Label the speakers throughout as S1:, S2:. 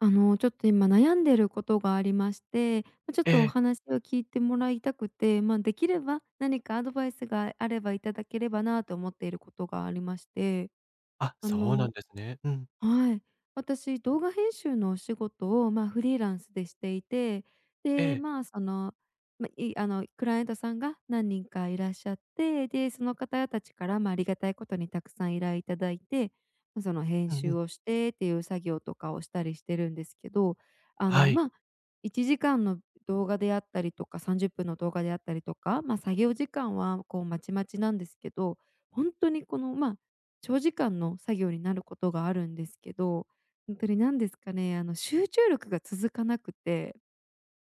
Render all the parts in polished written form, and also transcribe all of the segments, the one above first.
S1: ちょっと今悩んでることがありまして、ちょっ
S2: え
S1: とお
S2: え。
S1: 話を聞いてもらいたくて、できれば何かアドバイスがあればいただければなと思っていることがありまして。
S2: あ、
S1: あ
S2: そうなん
S1: の
S2: ですね。うん。
S1: はい。私、動画編集のお仕事を、フリーランスでしていて、
S2: え
S1: で、
S2: え。
S1: まあ、その、まあ、いあの、クライアントさんが何人かいらっしゃって、で、その方たちから、ありがたいことにたくさん依頼いただいて、その編
S2: うんう
S1: 集
S2: ん。
S1: をしてっていう作業とかをしたりしてるんですけど、あ
S2: は
S1: の、
S2: い。
S1: ま、1時間の動画であったりとか、30分の動画であったりとか、作業時間はこうまちまちなんですけど、本当にこの、長時間の作業になることがあるんですけど、本当に何ですかね、集中力が続かなくて、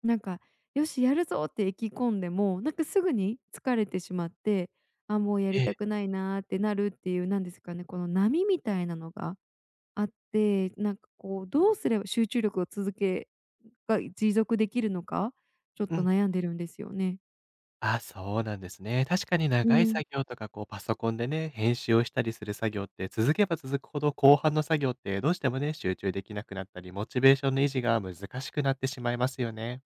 S1: なんか「よし、やるぞ」って意気込んでも、なんかすぐに疲れてしまって、あ、もうや
S2: え
S1: りた
S2: え。
S1: くないなーってなるっていう、なんですかね、この波みたいなのがあって、なんかこう、どうすれば集中力を続けが持続できるのか、ちょっ
S2: う
S1: と
S2: ん。
S1: 悩んでるんですよね。
S2: あ、そうなんですね。確かに
S1: う
S2: 長い
S1: ん。
S2: 作業とか、こうパソコンでね、編集をしたりする作業って、続けば続くほど後半の作業ってどうしてもね、集中できなくなったり、モチベーションの維持が難しくなってしまいますよね。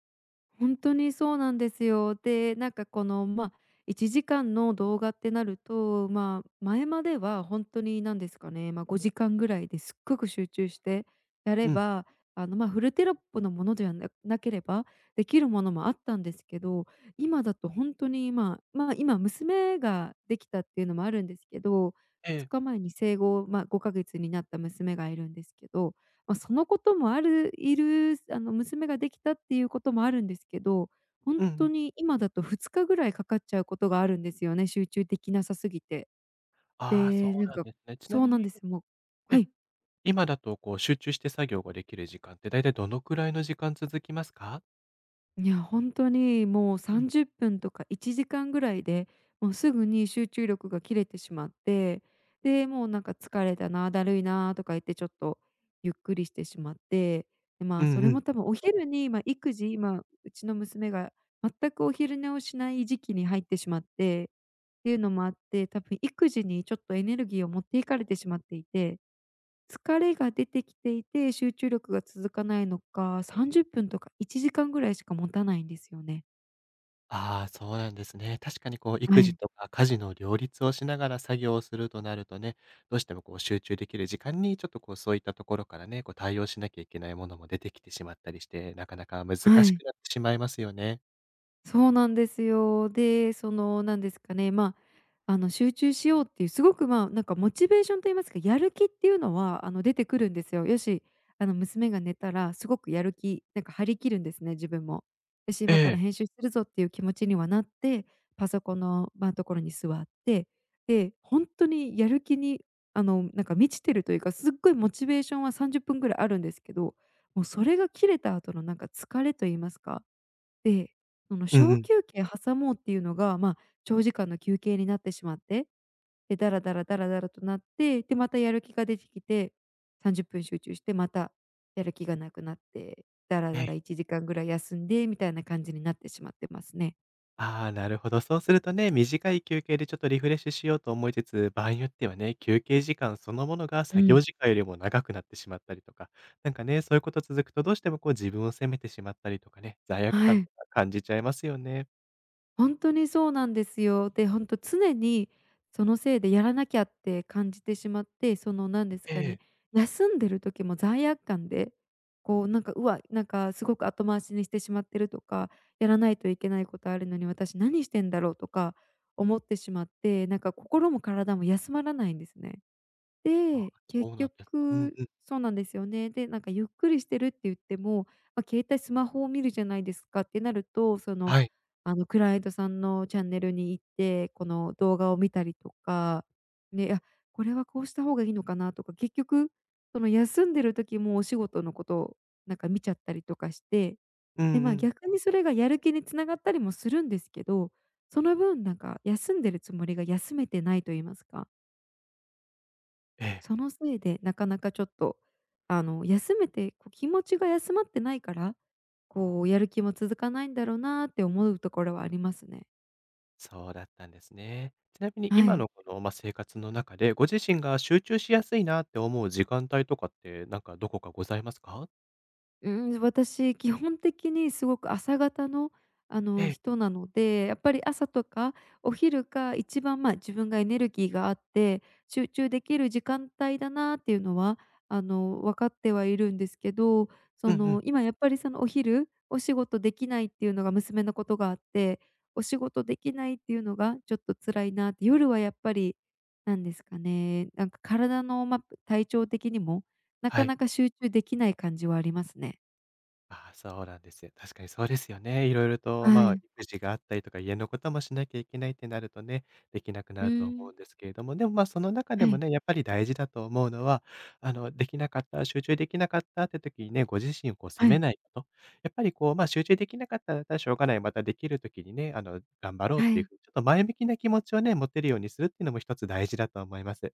S1: 本当にそうなんですよ。で、なんかこの、1時間の動画ってなると、前までは本当に何ですかね、5時間ぐらいですっごく集中してやれ
S2: うん。
S1: ば、フルテロップのものではなければできるものもあったんですけど、今だと本当に、今娘ができたっていうのもあるんですけど、
S2: え
S1: 2
S2: え。
S1: 日前に生後、5ヶ月になった娘がいるんですけど、そのこともあるいる、あの、娘ができたっていうこともあるんですけど、ほん
S2: うんう
S1: と
S2: ん。
S1: に今だと2日ぐらいかかっちゃうことがあるんですよね、集中できなさすぎて。
S2: ああ、そ
S1: で、な
S2: う
S1: ん
S2: なん
S1: か
S2: ですね。ちな
S1: そう
S2: み
S1: なん
S2: に
S1: です。は
S2: え、
S1: い。
S2: 今だとこう集中して作業ができる時間って、だいたいどのくらいの時間続きますか？
S1: いや、本当にもう
S2: うん。
S1: 30分とか1時間ぐらいで、もうすぐに集中力が切れてしまって、で、もうなんか「疲れたな、だるいな」とか言ってちょっとゆっくりしてしまって、で、
S2: う
S1: そ
S2: んう
S1: れ
S2: ん。
S1: も多分お昼に、育児、今うちの娘が全くお昼寝をしない時期に入ってしまって、っていうのもあって、多分育児にちょっとエネルギーを持っていかれてしまっていて、疲れが出てきていて、集中力が続かないのか、30分とか1時間ぐらいしか持たないんですよね。
S2: ああ、そうなんですね。確かにこう
S1: は
S2: 育児
S1: い、
S2: とか家事の両立をしながら作業をするとなるとね、どうしてもこう集中できる時間にちょっとこうそういったところからね、こう対応しなきゃいけないものも出てきてしまったりして、なかなか難し
S1: はい。
S2: くなってしまいますよね。
S1: そうなんですよ。で、その、なんですかね、集中しようっていう、すごく、なんかモチベーションといいますか、やる気っていうのは、出てくるんですよ。よし、娘が寝たらすごくやる気、なんか張り切るんですね、自分も。よし、
S2: え
S1: 今から
S2: え。
S1: 編集するぞっていう気持ちにはなって、パソコンの、ところに座って、で、本当にやる気に、なんか満ちてるというか、すっごいモチベーションは30分ぐらいあるんですけど、もうそれが切れた後のなんか疲れといいますか、で、その
S2: うんう
S1: 小
S2: ん。
S1: 休憩挟もうっていうのが、長時間の休憩になってしまって、で、ダラダラダラダラとなって、で、またやる気が出てきて、30分集中して、またやる気がなくなって、ダラ
S2: え
S1: ダラ
S2: え。
S1: 1時間ぐらい休んでみたいな感じになってしまってますね。
S2: ああ、なるほど。そうするとね、短い休憩でちょっとリフレッシュしようと思いつつ、場合によってはね、休憩時間そのものが
S1: う
S2: 作業
S1: ん。
S2: 時間よりも長くなってしまったりとか、なんかね、そういうこと続くとどうしてもこう自分を責めてしまったりとかね、罪悪
S1: は
S2: 感
S1: い。
S2: とか感じちゃいますよね。
S1: 本当にそうなんですよ。で、本当常にそのせいでやらなきゃって感じてしまって、その何です
S2: え
S1: かね、
S2: え。
S1: 休んでる時も罪悪感で、こうなんか、うわ、なんかすごく後回しにしてしまってるとか、やらないといけないことあるのに私何してんだろうとか思ってしまって、なんか心も体も休まらないんですね。
S2: あ、
S1: で、結
S2: そうなんですか。うん
S1: 局
S2: うん。
S1: そうなんですよね。で、なんかゆっくりしてるって言っても、携帯スマホを見るじゃないですかってなると、その、
S2: はい。
S1: クライアントさんのチャンネルに行って、この動画を見たりとか、ね、あ、これはこうした方がいいのかなとか、結局、その休んでる時もお仕事のことをなんか見ちゃったりとかして、
S2: うん
S1: で、
S2: うん。
S1: 逆にそれがやる気に繋がったりもするんですけど、その分なんか休んでるつもりが休めてないと言いますか、
S2: ええ、
S1: そのせいで、なかなかちょっと、休めてこう気持ちが休まってないから、こうやる気も続かないんだろうなって思うところはありますね。
S2: そうだったんですね。ちなみに
S1: は
S2: 今
S1: い。
S2: のこの、生活の中で、ご自身が集中しやすいなって思う時間帯とかって、なんかどこかございますか？
S1: うーん、私、基本的にすごく朝型の、
S2: ええ。
S1: 人なので、やっぱり朝とかお昼が一番、自分がエネルギーがあって、集中できる時間帯だなっていうのは、分かってはいるんですけど、
S2: う
S1: そ
S2: んうん。
S1: の、今やっぱり、その、お昼、お仕事できないっていうのが娘のことがあって、お仕事できないっていうのがちょっと辛いなって、夜はやっぱり、なんですかね、なんか体の、体調的にも、な
S2: は
S1: か
S2: い。
S1: なか集中できない感じはありますね。
S2: ああ、そうなんですよ。確かにそうですよね。いろいろと、
S1: はい。
S2: 育児があったりとか、家のこともしなきゃいけないってなるとね、できなくな
S1: う
S2: ると
S1: ー
S2: 思
S1: ん。
S2: うんですけれども、でも、その中で
S1: は
S2: も
S1: い、
S2: ね、やっぱり大事だと思うのは、できなかった、集中できなかったって時にね、ご自身をこう責
S1: は
S2: め
S1: い、
S2: ないこと。やっぱりこう、集中できなかったらだったらしょうがない、またできる時にね、頑張ろう
S1: は
S2: っていう
S1: い。
S2: ふうに、ちょっと前向きな気持ちをね、持てるようにするっていうのも一つ大事だと思います。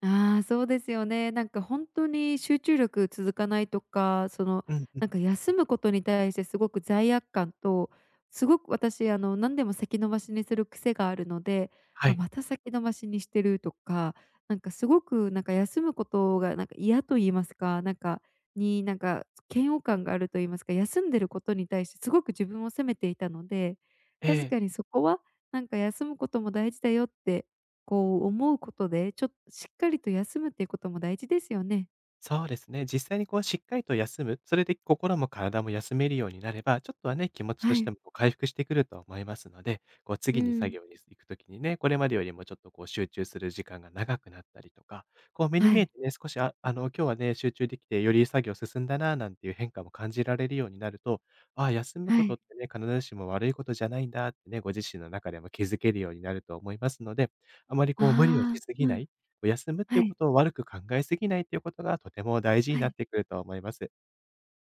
S1: ああ、そうですよね。なんか本当に集中力続かないとか、その、
S2: うんうん。
S1: なんか休むことに対してすごく罪悪感と、すごく私、何でも先延ばしにする癖があるので、
S2: は
S1: あ、
S2: い。
S1: また先延ばしにしてるとか、なんかすごくなんか休むことがなんか嫌と言いますか、なんかに、なんか嫌悪感があると言いますか、休んでることに対してすごく自分を責めていたので、
S2: え
S1: 確
S2: え。
S1: かにそこはなんか休むことも大事だよってこう思うことで、ちょっとしっかりと休むっていうことも大事ですよね。
S2: そうですね。実際にこうしっかりと休む、それで心も体も休めるようになれば、ちょっとはね、気持ちと
S1: は
S2: して
S1: い。
S2: もこう回復してくると思いますので、こう
S1: う
S2: 次に作
S1: ん。
S2: 業に行くときにね、これまでよりもちょっとこう集中する時間が長くなったりとか、こう目に
S1: は
S2: 見え
S1: い。
S2: てね、少し今日はね、集中できてより作業進んだな、なんていう変化も感じられるようになると、ああ、休むこ
S1: は
S2: とっ
S1: い。
S2: てね、必ずしも悪いことじゃないんだってね、ご自身の中でも気づけるようになると思いますので、あまりこう無理をし
S1: ああ、
S2: すぎ
S1: う
S2: な
S1: ん。
S2: い、お休むってい
S1: は
S2: うこ
S1: い。
S2: とを悪く考えすぎないっていうことがとても大事に
S1: は
S2: なっ
S1: い。
S2: てくると思います。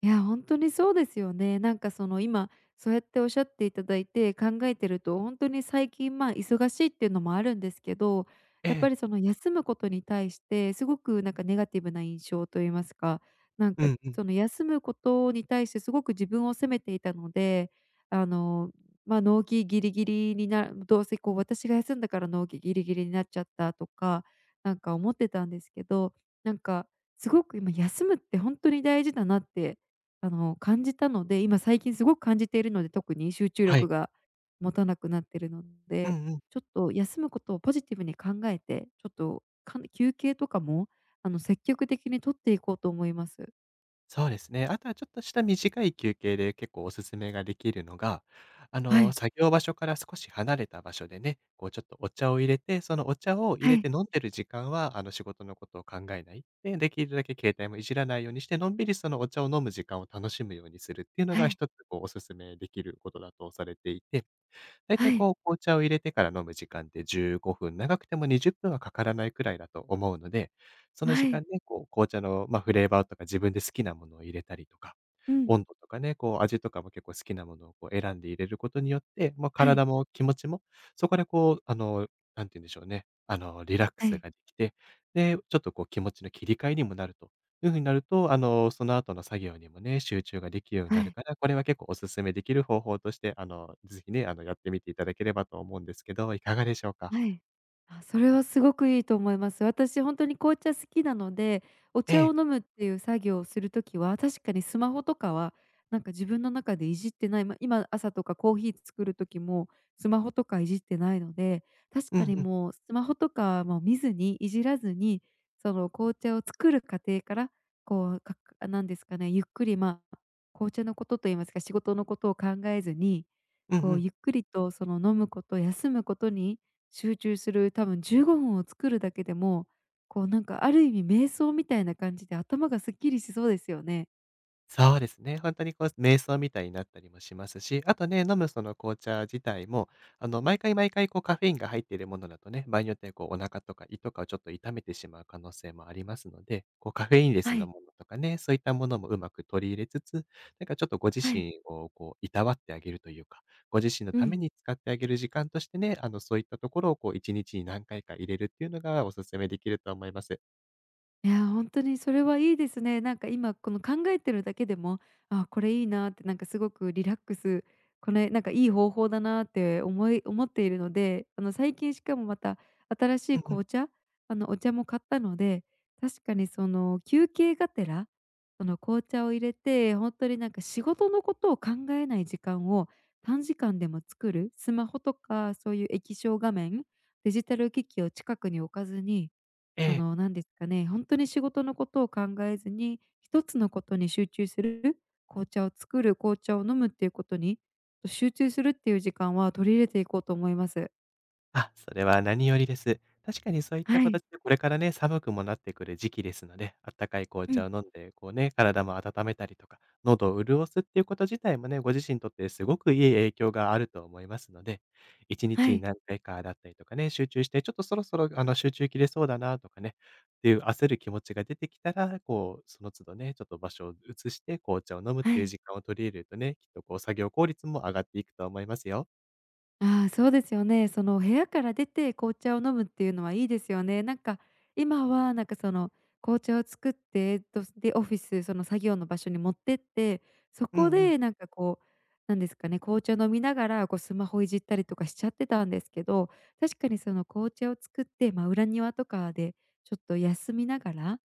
S1: いや、本当にそうですよね。なんかその今、そうやっておっしゃっていただいて考えてると、本当に最近、忙しいっていうのもあるんですけど、
S2: え
S1: やっ
S2: え。
S1: ぱりその休むことに対して、すごくなんかネガティブな印象と言いますか、なん
S2: う
S1: か
S2: んうん。
S1: その休むことに対してすごく自分を責めていたので、あの、納期ギリギリにどうせこう私が休んだから納期ギリギリになっちゃったとか、なんか思ってたんですけど、なんかすごく今休むって本当に大事だなって感じたので、今最近すごく感じているので、特に集中
S2: は
S1: 力
S2: い。
S1: が持たなくなってるの
S2: う
S1: で、
S2: んうん。
S1: ちょっと休むことをポジティブに考えて、ちょっと、休憩とかも、積極的に取っていこうと思います。
S2: そうですね。あとはちょっとした短い休憩で結構おすすめができるのが、
S1: はい、
S2: 作業場所から少し離れた場所でね、こうちょっとお茶を入れて、そのお茶を入
S1: は
S2: れて
S1: い、
S2: 飲んでる時間は、仕事のことを考えない。で、できるだけ携帯もいじらないようにして、のんびりそのお茶を飲む時間を楽しむようにするっていうの
S1: は
S2: が
S1: い、
S2: 一つこうおすすめできることだとされていて、だいた
S1: は
S2: い
S1: い、
S2: こう、紅茶を入れてから飲む時間って15分、長くても20分はかからないくらいだと思うので、その
S1: は
S2: 時間
S1: い、
S2: ね、こう、紅茶の、フレーバーとか自分で好きなものを入れたりとか、
S1: うん、
S2: 温度とかね、こう、味とかも結構好きなものをこう選んで入れることによって、まあ、
S1: はい、
S2: 体も気持ちも、そこでこう、何て言うんでしょうね、リラック
S1: は
S2: ス
S1: い、
S2: ができて、で、ちょっとこう気持ちの切り替えにもなるという風になると、その後の作業にもね、集中ができるように
S1: はい。
S2: な
S1: は
S2: る
S1: い
S2: から、これは結構お勧めできる方法として、ぜひね、やってみていただければと思うんですけど、いかがでしょうか？
S1: はい。あ、それはすごくいいと思います。私本当に紅茶好きなので、お
S2: え
S1: 茶を
S2: え。
S1: 飲むっていう作業をするときは、確かにスマホとかは、なんか自分の中でいじってない。ま、今朝とかコーヒー作る時も、スマホとかいじってないので、確
S2: うん
S1: かに
S2: うん。
S1: もうスマホとかも見ずに、いじらずに、その紅茶を作る過程から、こう、かくなんですかね、ゆっくり、まあ、紅茶のことと言いますか、仕事のことを考えずに、
S2: うんう
S1: こう
S2: ん。
S1: ゆっくりとその飲むこと、休むことに集中する多分15分を作るだけでも、こうなんかある意味瞑想みたいな感じで頭がすっきりしそうですよね。
S2: そうですね。本当にこう瞑想みたいになったりもしますし、あとね、飲むその紅茶自体も、毎回毎回こうカフェインが入っているものだとね、場合によってはこうお腹とか胃とかをちょっと痛めてしまう可能性もありますので、こうカフェインレス
S1: は
S2: な
S1: い、
S2: ものとかね、そういったものもうまく取り入れつつ、なんかちょっとご自
S1: はい、
S2: 身をこういたわってあげるというか、ご自身の
S1: う
S2: ため
S1: ん。
S2: に使ってあげる時間としてね、そういったところをこう1日に何回か入れるっていうのがお勧めできると思います。
S1: いや、本当にそれはいいですね。なんか今この考えてるだけでも、あ、これいいなって、なんかすごくリラックス、これなんかいい方法だなって思っているので、最近しかもまた新し
S2: う
S1: い
S2: んうん。
S1: 紅茶、あのお茶も買ったので、確かにその休憩がてら、その紅茶を入れて、本当になんか仕事のことを考えない時間を短時間でも作る、スマホとかそういう液晶画面、デジタル機器を近くに置かずに
S2: え
S1: そ
S2: え。
S1: の、何ですかね、本当に仕事のことを考えずに、一つのことに集中する、紅茶を作る、紅茶を飲むっていうことに、集中するっていう時間は取り入れていこうと思います。
S2: あ、それは何よりです。確かにそういった
S1: はい。
S2: 形でこれからね、寒くもなってくる時期ですので、あったかい紅
S1: う
S2: 茶
S1: ん。
S2: を飲んで、こうね、体も温めたりとか、喉を潤すっていうこと自体もね、ご自身にとってすごくいい影響があると思いますので、一日
S1: は
S2: に
S1: い。
S2: 何回かだったりとかね、集中して、ちょっとそろそろあの集中切れそうだなとかね、っていう焦る気持ちが出てきたら、こう、その都度ね、ちょっと場所を移して紅茶を飲むっ
S1: は
S2: ていう
S1: い。
S2: 時間を取り入れるとね、きっとこう作業効率も上がっていくと思いますよ。
S1: ああ、そうですよね。その部屋から出て紅茶を飲むっていうのはいいですよね。なんか今はなんかその紅茶を作って、とでオフィスその作業の場所に持ってって、そ
S2: うん
S1: こ
S2: うん。
S1: でなんかこう、なんですかね、紅茶飲みながらこうスマホいじったりとかしちゃってたんですけど、確かにその紅茶を作って、まあ、裏庭とかでちょっと休みながら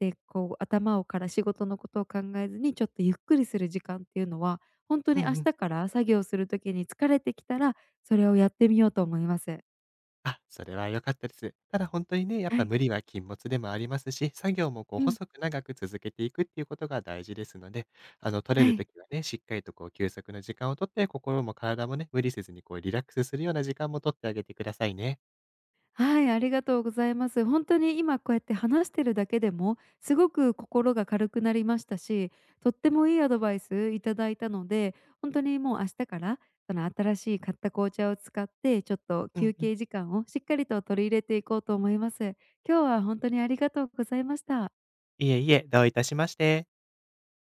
S1: で、こう頭をから仕事のことを考えずに、ちょっとゆっくりする時間っていうのは、本当
S2: う
S1: に明
S2: んう
S1: 日
S2: ん。
S1: から作業する時に疲れてきたら、それをやってみようと思います。
S2: あ、それは良かったです。ただ本当にね、やっ
S1: は
S2: ぱ
S1: い。
S2: 無理は禁物でもありますし、作業もこう
S1: うん。
S2: 細く長く続けていくっていうことが大事ですので、あの取れ
S1: は
S2: る
S1: い。
S2: 時はね、しっかりとこう休息の時間をとって、心も体もね、無理せずにこうリラックスするような時間もとってあげてくださいね。
S1: はい、ありがとうございます。本当に今こうやって話してるだけでも、すごく心が軽くなりましたし、とってもいいアドバイスいただいたので、本当にもう明日から、その新しい買った紅茶を使って、ちょっと
S2: うん
S1: 休
S2: うん。
S1: 憩時間をしっかりと取り入れていこうと思います。今日は本当にありがとうございました。
S2: いえいえ、どういたしまして。